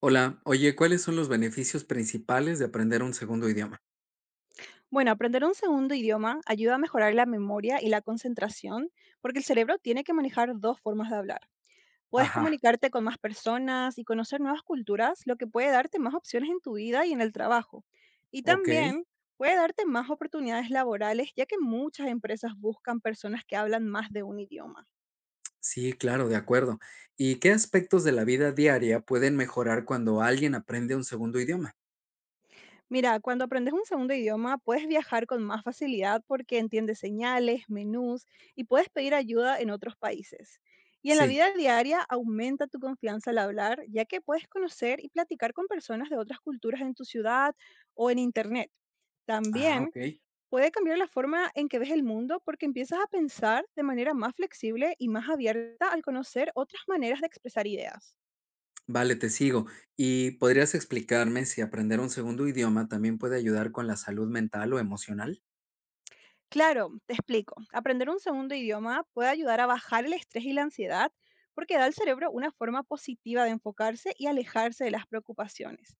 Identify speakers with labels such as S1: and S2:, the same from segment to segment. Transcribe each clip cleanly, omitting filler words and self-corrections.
S1: Hola, oye, ¿cuáles son los beneficios principales de aprender un segundo idioma?
S2: Bueno, aprender un segundo idioma ayuda a mejorar la memoria y la concentración porque el cerebro tiene que manejar dos formas de hablar. Puedes
S1: Ajá,
S2: comunicarte con más personas y conocer nuevas culturas, lo que puede darte más opciones en tu vida y en el trabajo. Y
S1: ok.
S2: también puede darte más oportunidades laborales, ya que muchas empresas buscan personas que hablan más de un idioma.
S1: Sí, claro, de acuerdo. ¿Y qué aspectos de la vida diaria pueden mejorar cuando alguien aprende un segundo idioma?
S2: Mira, cuando aprendes un segundo idioma, puedes viajar con más facilidad porque entiendes señales, menús y puedes pedir ayuda en otros países. Y en la
S1: Sí.
S2: vida diaria aumenta tu confianza al hablar, ya que puedes conocer y platicar con personas de otras culturas en tu ciudad o en internet.
S1: Ah,
S2: También
S1: ok.
S2: puede cambiar la forma en que ves el mundo porque empiezas a pensar de manera más flexible y más abierta al conocer otras maneras de expresar ideas.
S1: Vale, te sigo. ¿Y podrías explicarme si aprender un segundo idioma también puede ayudar con la salud mental o emocional?
S2: Claro, te explico. Aprender un segundo idioma puede ayudar a bajar el estrés y la ansiedad porque da al cerebro una forma positiva de enfocarse y alejarse de las preocupaciones.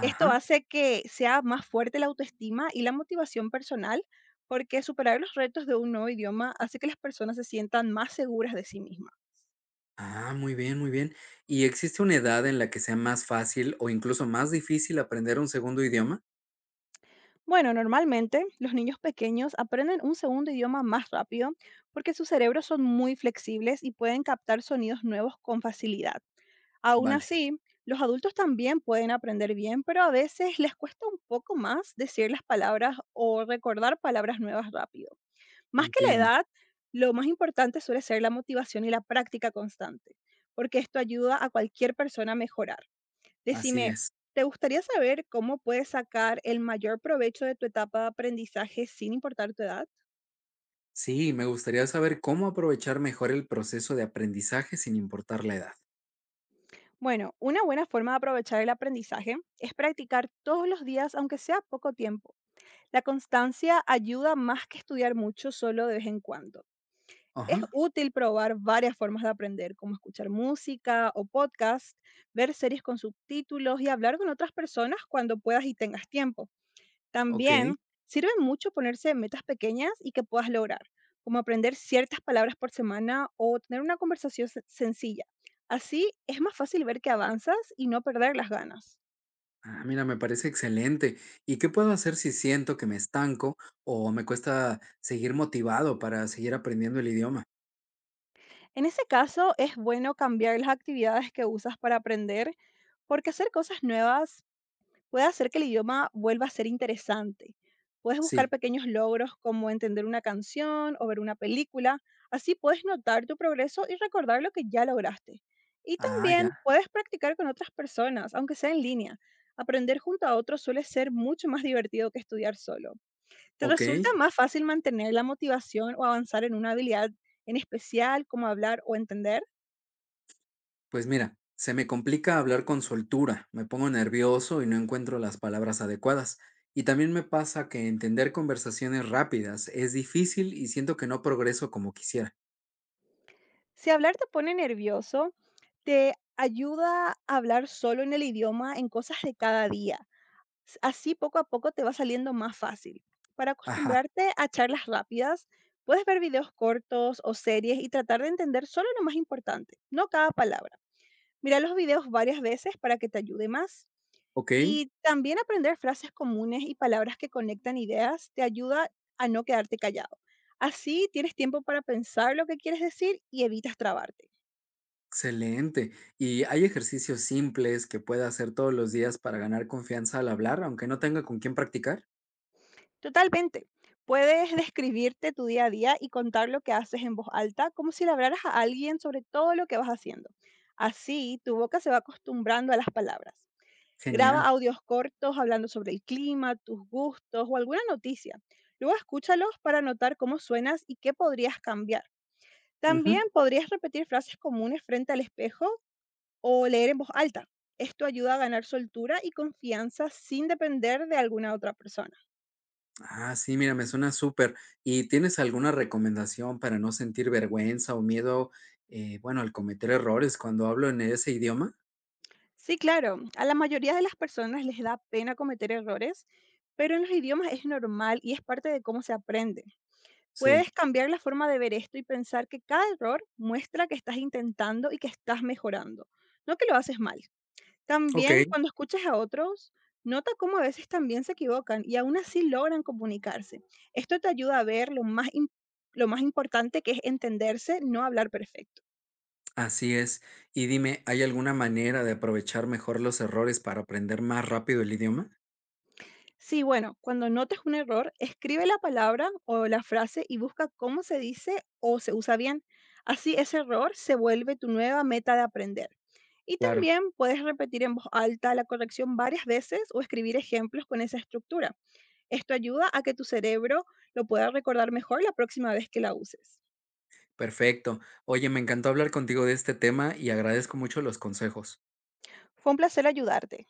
S2: Esto hace que sea más fuerte la autoestima y la motivación personal porque superar los retos de un nuevo idioma hace que las personas se sientan más seguras de sí mismas.
S1: Ah, muy bien, muy bien. ¿Y existe una edad en la que sea más fácil o incluso más difícil aprender un segundo idioma?
S2: Bueno, normalmente los niños pequeños aprenden un segundo idioma más rápido porque sus cerebros son muy flexibles y pueden captar sonidos nuevos con facilidad. Aún
S1: Vale,
S2: así, los adultos también pueden aprender bien, pero a veces les cuesta un poco más decir las palabras o recordar palabras nuevas rápido. Más que la
S1: entiendo.
S2: edad, lo más importante suele ser la motivación y la práctica constante, porque esto ayuda a cualquier persona a mejorar.
S1: Así
S2: Decime,
S1: es.
S2: ¿te gustaría saber cómo puedes sacar el mayor provecho de tu etapa de aprendizaje sin importar tu edad?
S1: Sí, me gustaría saber cómo aprovechar mejor el proceso de aprendizaje sin importar la edad.
S2: Bueno, una buena forma de aprovechar el aprendizaje es practicar todos los días, aunque sea poco tiempo. La constancia ayuda más que estudiar mucho solo de vez en cuando. Es
S1: Ajá,
S2: útil probar varias formas de aprender, como escuchar música o podcast, ver series con subtítulos y hablar con otras personas cuando puedas y tengas tiempo.
S1: ok.
S2: También sirve mucho ponerse metas pequeñas y que puedas lograr, como aprender ciertas palabras por semana o tener una conversación sencilla. Así es más fácil ver que avanzas y no perder las ganas.
S1: Ah, mira, me parece excelente. ¿Y qué puedo hacer si siento que me estanco o me cuesta seguir motivado para seguir aprendiendo el idioma?
S2: En ese caso, es bueno cambiar las actividades que usas para aprender, porque hacer cosas nuevas puede hacer que el idioma vuelva a ser interesante. Puedes buscar
S1: Sí.
S2: pequeños logros como entender una canción o ver una película. Así puedes notar tu progreso y recordar lo que ya lograste. Y
S1: Ah, ya.
S2: también puedes practicar con otras personas, aunque sea en línea. Aprender junto a otros suele ser mucho más divertido que estudiar solo. ¿Te
S1: Ok.
S2: resulta más fácil mantener la motivación o avanzar en una habilidad en especial como hablar o entender?
S1: Pues mira, se me complica hablar con soltura, me pongo nervioso y no encuentro las palabras adecuadas. Y también me pasa que entender conversaciones rápidas es difícil y siento que no progreso como quisiera.
S2: Si hablar te pone nervioso, te ayuda a hablar solo en el idioma en cosas de cada día. Así poco a poco te va saliendo más fácil. Para
S1: Ajá.
S2: acostumbrarte a charlas rápidas, puedes ver videos cortos o series y tratar de entender solo lo más importante, no cada palabra. Mira los videos varias veces para que te ayude más.
S1: Ok.
S2: Y también aprender frases comunes y palabras que conectan ideas te ayuda a no quedarte callado. Así tienes tiempo para pensar lo que quieres decir y evitas trabarte.
S1: Excelente. ¿Y hay ejercicios simples que pueda hacer todos los días para ganar confianza al hablar, aunque no tenga con quién practicar?
S2: Totalmente. Puedes describirte tu día a día y contar lo que haces en voz alta, como si le hablaras a alguien sobre todo lo que vas haciendo. Así, tu boca se va acostumbrando a las palabras. Graba
S1: Genial.
S2: audios cortos hablando sobre el clima, tus gustos o alguna noticia. Luego escúchalos para notar cómo suenas y qué podrías cambiar. También
S1: Ujú.
S2: podrías repetir frases comunes frente al espejo o leer en voz alta. Esto ayuda a ganar soltura y confianza sin depender de alguna otra persona.
S1: Ah, sí, mira, me suena súper. ¿Y tienes alguna recomendación para no sentir vergüenza o miedo, bueno, al cometer errores cuando hablo en ese idioma?
S2: Sí, claro. A la mayoría de las personas les da pena cometer errores, pero en los idiomas es normal y es parte de cómo se aprende.
S1: Sí.
S2: Puedes cambiar la forma de ver esto y pensar que cada error muestra que estás intentando y que estás mejorando, no que lo haces mal.
S1: Ok,
S2: También cuando escuchas a otros, nota cómo a veces también se equivocan y aún así logran comunicarse. Esto te ayuda a ver lo más, lo más importante, que es entenderse, no hablar perfecto.
S1: así es. Y dime, ¿hay alguna manera de aprovechar mejor los errores para aprender más rápido el idioma?
S2: Sí, bueno, cuando notes un error, escribe la palabra o la frase y busca cómo se dice o se usa bien. Así ese error se vuelve tu nueva meta de aprender. Y
S1: Claro.
S2: también puedes repetir en voz alta la corrección varias veces o escribir ejemplos con esa estructura. Esto ayuda a que tu cerebro lo pueda recordar mejor la próxima vez que la uses.
S1: Perfecto. Oye, me encantó hablar contigo de este tema y agradezco mucho los consejos.
S2: Fue un placer ayudarte.